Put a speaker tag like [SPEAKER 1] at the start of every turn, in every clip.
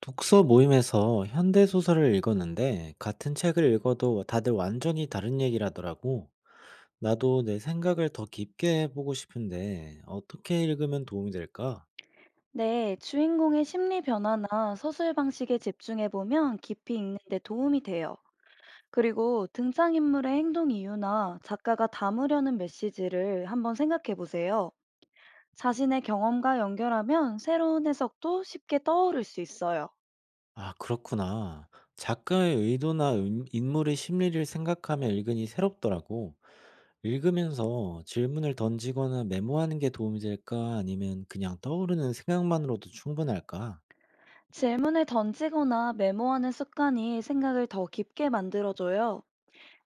[SPEAKER 1] 독서 모임에서 현대 소설을 읽었는데 같은 책을 읽어도 다들 완전히 다른 얘기라더라고. 나도 내 생각을 더 깊게 해보고 싶은데 어떻게 읽으면 도움이 될까?
[SPEAKER 2] 네, 주인공의 심리 변화나 서술 방식에 집중해 보면 깊이 읽는 데 도움이 돼요. 그리고 등장인물의 행동 이유나 작가가 담으려는 메시지를 한번 생각해 보세요. 자신의 경험과 연결하면 새로운 해석도 쉽게 떠오를 수 있어요.
[SPEAKER 1] 아, 그렇구나. 작가의 의도나 인물의 심리를 생각하며 읽으니 새롭더라고. 읽으면서 질문을 던지거나 메모하는 게 도움이 될까? 아니면 그냥 떠오르는 생각만으로도 충분할까?
[SPEAKER 2] 질문을 던지거나 메모하는 습관이 생각을 더 깊게 만들어줘요.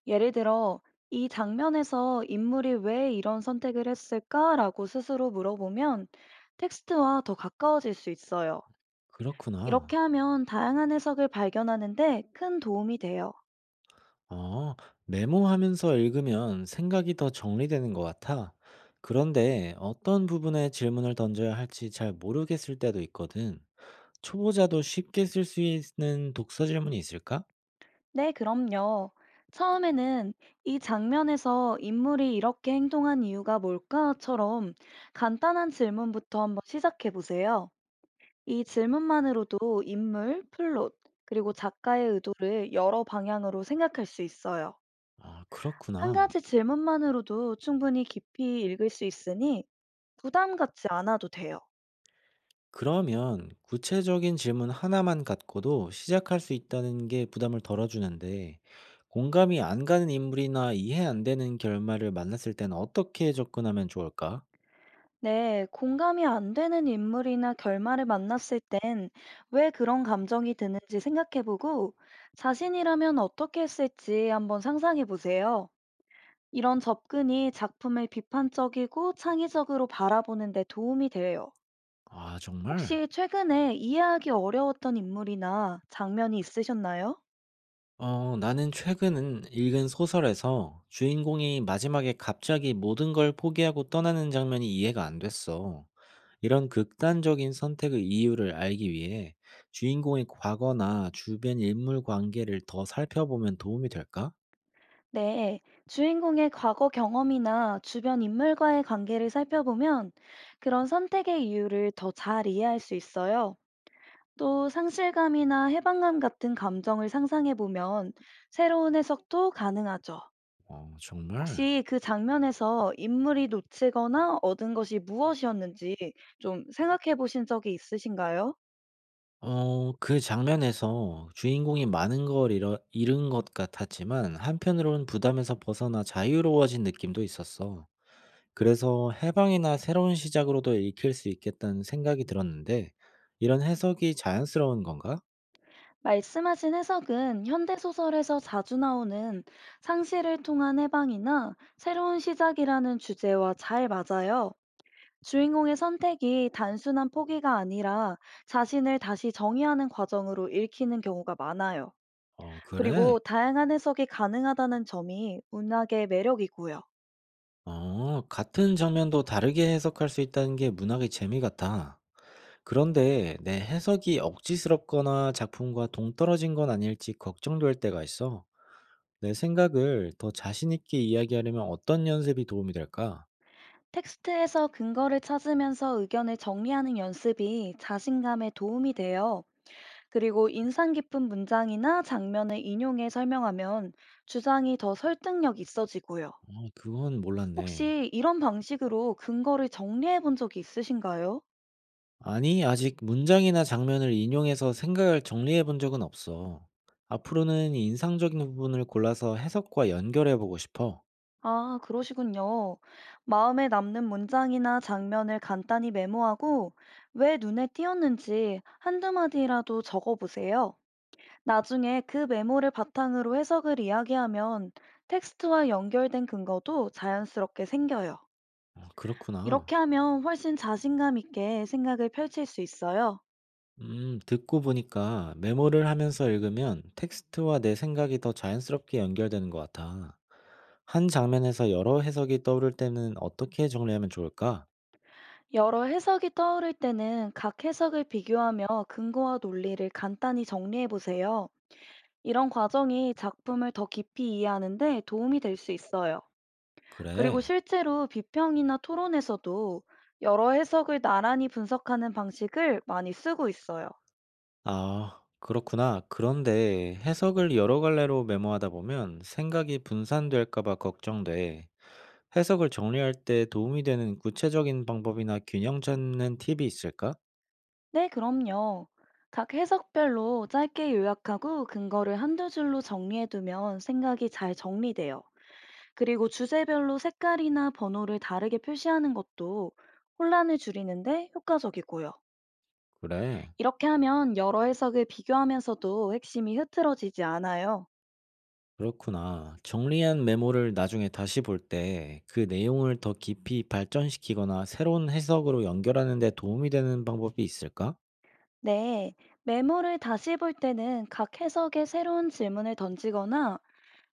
[SPEAKER 2] 예를 들어, 이 장면에서 인물이 왜 이런 선택을 했을까라고 스스로 물어보면 텍스트와 더 가까워질 수 있어요. 이렇게
[SPEAKER 1] 그렇구나.
[SPEAKER 2] 하면 다양한 해석을 발견하는데 큰 도움이 돼요.
[SPEAKER 1] 아, 메모하면서 읽으면 생각이 더 정리되는 것 같아. 그런데 어떤 부분에 질문을 던져야 할지 잘 모르겠을 때도 있거든. 초보자도 쉽게 쓸 수 있는 독서 질문이 있을까?
[SPEAKER 2] 네, 그럼요. 처음에는 이 장면에서 인물이 이렇게 행동한 이유가 뭘까?처럼 간단한 질문부터 한번 시작해 보세요. 이 질문만으로도 인물, 플롯, 그리고 작가의 의도를 여러 방향으로 생각할 수 있어요.
[SPEAKER 1] 아,
[SPEAKER 2] 한
[SPEAKER 1] 그렇구나.
[SPEAKER 2] 가지 질문만으로도 충분히 깊이 읽을 수 있으니 부담 갖지 않아도 돼요.
[SPEAKER 1] 그러면 구체적인 질문 하나만 갖고도 시작할 수 있다는 게 부담을 덜어주는데, 공감이 안 가는 인물이나 이해 안 되는 결말을 만났을 땐 어떻게 접근하면 좋을까?
[SPEAKER 2] 네, 공감이 안 되는 인물이나 결말을 만났을 땐 왜 그런 감정이 드는지 생각해보고 자신이라면 어떻게 했을지 한번 상상해보세요. 이런 접근이 작품을 비판적이고 창의적으로 바라보는 데 도움이 돼요.
[SPEAKER 1] 아, 정말?
[SPEAKER 2] 혹시 최근에 이해하기 어려웠던 인물이나 장면이 있으셨나요?
[SPEAKER 1] 어, 나는 최근 읽은 소설에서 주인공이 마지막에 갑자기 모든 걸 포기하고 떠나는 장면이 이해가 안 됐어. 이런 극단적인 선택의 이유를 알기 위해 주인공의 과거나 주변 인물 관계를 더 살펴보면 도움이 될까?
[SPEAKER 2] 네, 주인공의 과거 경험이나 주변 인물과의 관계를 살펴보면 그런 선택의 이유를 더 잘 이해할 수 있어요. 또 상실감이나 해방감 같은 감정을 상상해 보면 새로운 해석도 가능하죠.
[SPEAKER 1] 어, 정말?
[SPEAKER 2] 혹시 그 장면에서 인물이 놓치거나 얻은 것이 무엇이었는지 좀 생각해 보신 적이 있으신가요?
[SPEAKER 1] 어, 그 장면에서 주인공이 많은 걸 잃은 것 같았지만 한편으로는 부담에서 벗어나 자유로워진 느낌도 있었어. 그래서 해방이나 새로운 시작으로도 읽힐 수 있겠다는 생각이 들었는데, 이런 해석이 자연스러운 건가?
[SPEAKER 2] 말씀하신 해석은 현대소설에서 자주 나오는 상실을 통한 해방이나 새로운 시작이라는 주제와 잘 맞아요. 주인공의 선택이 단순한 포기가 아니라 자신을 다시 정의하는 과정으로 읽히는 경우가 많아요.
[SPEAKER 1] 어, 그래?
[SPEAKER 2] 그리고 다양한 해석이 가능하다는 점이 문학의 매력이고요.
[SPEAKER 1] 어, 같은 장면도 다르게 해석할 수 있다는 게 문학의 재미 같아. 그런데 내 해석이 억지스럽거나 작품과 동떨어진 건 아닐지 걱정될 때가 있어. 내 생각을 더 자신 있게 이야기하려면 어떤 연습이 도움이 될까?
[SPEAKER 2] 텍스트에서 근거를 찾으면서 의견을 정리하는 연습이 자신감에 도움이 돼요. 그리고 인상 깊은 문장이나 장면을 인용해 설명하면 주장이 더 설득력 있어지고요.
[SPEAKER 1] 어, 그건 몰랐네.
[SPEAKER 2] 혹시 이런 방식으로 근거를 정리해 본 적이 있으신가요?
[SPEAKER 1] 아니, 아직 문장이나 장면을 인용해서 생각을 정리해 본 적은 없어. 앞으로는 인상적인 부분을 골라서 해석과 연결해 보고 싶어.
[SPEAKER 2] 아, 그러시군요. 마음에 남는 문장이나 장면을 간단히 메모하고 왜 눈에 띄었는지 한두 마디라도 적어 보세요. 나중에 그 메모를 바탕으로 해석을 이야기하면 텍스트와 연결된 근거도 자연스럽게 생겨요.
[SPEAKER 1] 아, 그렇구나.
[SPEAKER 2] 이렇게 하면 훨씬 자신감 있게 생각을 펼칠 수 있어요.
[SPEAKER 1] 듣고 보니까 메모를 하면서 읽으면 텍스트와 내 생각이 더 자연스럽게 연결되는 것 같아. 한 장면에서 여러 해석이 떠오를 때는 어떻게 정리하면 좋을까?
[SPEAKER 2] 여러 해석이 떠오를 때는 각 해석을 비교하며 근거와 논리를 간단히 정리해 보세요. 이런 과정이 작품을 더 깊이 이해하는데 도움이 될 수 있어요. 그리고
[SPEAKER 1] 그래.
[SPEAKER 2] 실제로 비평이나 토론에서도 여러 해석을 나란히 분석하는 방식을 많이 쓰고 있어요.
[SPEAKER 1] 아, 그렇구나. 그런데 해석을 여러 갈래로 메모하다 보면 생각이 분산될까 봐 걱정돼. 해석을 정리할 때 도움이 되는 구체적인 방법이나 균형 잡는 팁이 있을까?
[SPEAKER 2] 네, 그럼요. 각 해석별로 짧게 요약하고 근거를 한두 줄로 정리해두면 생각이 잘 정리돼요. 그리고 주제별로 색깔이나 번호를 다르게 표시하는 것도 혼란을 줄이는데 효과적이고요.
[SPEAKER 1] 그래,
[SPEAKER 2] 이렇게 하면 여러 해석을 비교하면서도 핵심이 흐트러지지 않아요.
[SPEAKER 1] 그렇구나. 정리한 메모를 나중에 다시 볼 때 그 내용을 더 깊이 발전시키거나 새로운 해석으로 연결하는 데 도움이 되는 방법이 있을까?
[SPEAKER 2] 네, 메모를 다시 볼 때는 각 해석에 새로운 질문을 던지거나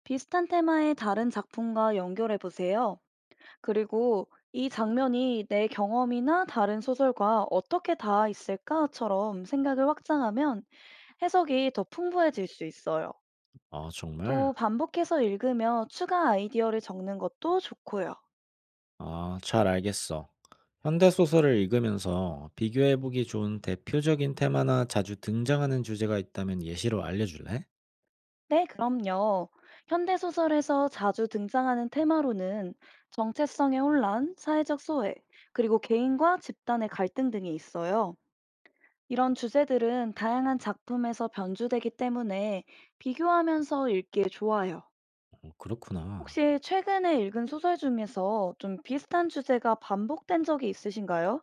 [SPEAKER 2] 비슷한 테마의 다른 작품과 연결해 보세요. 그리고 이 장면이 내 경험이나 다른 소설과 어떻게 닿아 있을까처럼 생각을 확장하면 해석이 더 풍부해질 수 있어요.
[SPEAKER 1] 아, 정말?
[SPEAKER 2] 또 반복해서 읽으며 추가 아이디어를 적는 것도 좋고요.
[SPEAKER 1] 아, 잘 알겠어. 현대소설을 읽으면서 비교해보기 좋은 대표적인 테마나 자주 등장하는 주제가 있다면 예시로 알려줄래?
[SPEAKER 2] 네, 그럼요. 현대소설에서 자주 등장하는 테마로는 정체성의 혼란, 사회적 소외, 그리고 개인과 집단의 갈등 등이 있어요. 이런 주제들은 다양한 작품에서 변주되기 때문에 비교하면서 읽기에 좋아요.
[SPEAKER 1] 어, 그렇구나.
[SPEAKER 2] 혹시 최근에 읽은 소설 중에서 좀 비슷한 주제가 반복된 적이 있으신가요?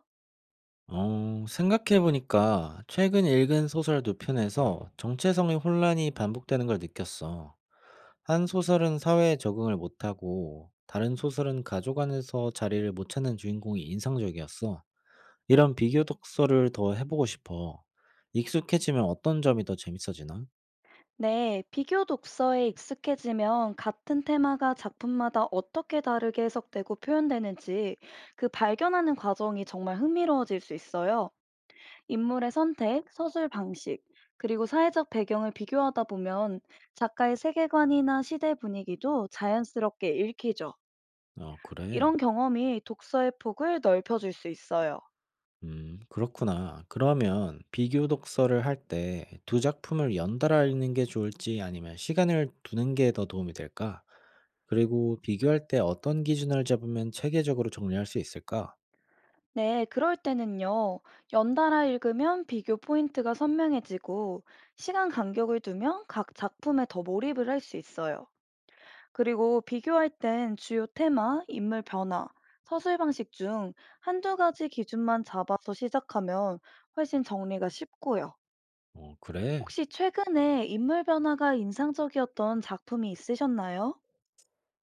[SPEAKER 1] 어, 생각해보니까 최근 읽은 소설 두 편에서 정체성의 혼란이 반복되는 걸 느꼈어. 한 소설은 사회에 적응을 못하고, 다른 소설은 가족 안에서 자리를 못 찾는 주인공이 인상적이었어. 이런 비교 독서를 더 해보고 싶어. 익숙해지면 어떤 점이 더 재밌어지나?
[SPEAKER 2] 네, 비교 독서에 익숙해지면 같은 테마가 작품마다 어떻게 다르게 해석되고 표현되는지 그 발견하는 과정이 정말 흥미로워질 수 있어요. 인물의 선택, 서술 방식, 그리고 사회적 배경을 비교하다 보면 작가의 세계관이나 시대 분위기도 자연스럽게 읽히죠.
[SPEAKER 1] 아, 그래.
[SPEAKER 2] 이런 경험이 독서의 폭을 넓혀줄 수 있어요.
[SPEAKER 1] 그렇구나. 그러면 비교 독서를 할 때 두 작품을 연달아 읽는 게 좋을지 아니면 시간을 두는 게 더 도움이 될까? 그리고 비교할 때 어떤 기준을 잡으면 체계적으로 정리할 수 있을까?
[SPEAKER 2] 네, 그럴 때는요, 연달아 읽으면 비교 포인트가 선명해지고, 시간 간격을 두면 각 작품에 더 몰입을 할 수 있어요. 그리고 비교할 땐 주요 테마, 인물 변화, 서술 방식 중 한두 가지 기준만 잡아서 시작하면 훨씬 정리가 쉽고요.
[SPEAKER 1] 어, 그래.
[SPEAKER 2] 혹시 최근에 인물 변화가 인상적이었던 작품이 있으셨나요?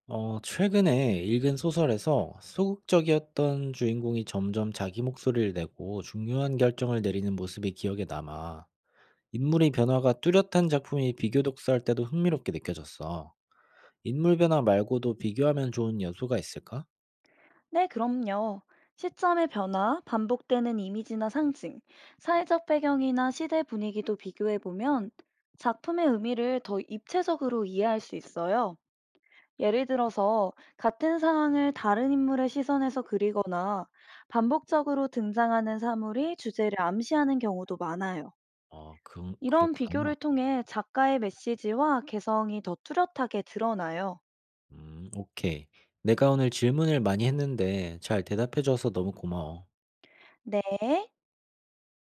[SPEAKER 1] 어, 최근에 읽은 소설에서 소극적이었던 주인공이 점점 자기 목소리를 내고 중요한 결정을 내리는 모습이 기억에 남아. 인물의 변화가 뚜렷한 작품이 비교 독서할 때도 흥미롭게 느껴졌어. 인물 변화 말고도 비교하면 좋은 요소가 있을까?
[SPEAKER 2] 네, 그럼요. 시점의 변화, 반복되는 이미지나 상징, 사회적 배경이나 시대 분위기도 비교해 보면 작품의 의미를 더 입체적으로 이해할 수 있어요. 예를 들어서 같은 상황을 다른 인물의 시선에서 그리거나 반복적으로 등장하는 사물이 주제를 암시하는 경우도 많아요. 이런
[SPEAKER 1] 그렇구나.
[SPEAKER 2] 비교를 통해 작가의 메시지와 개성이 더 뚜렷하게 드러나요.
[SPEAKER 1] 음, 오케이. 내가 오늘 질문을 많이 했는데 잘 대답해 줘서 너무 고마워.
[SPEAKER 2] 네.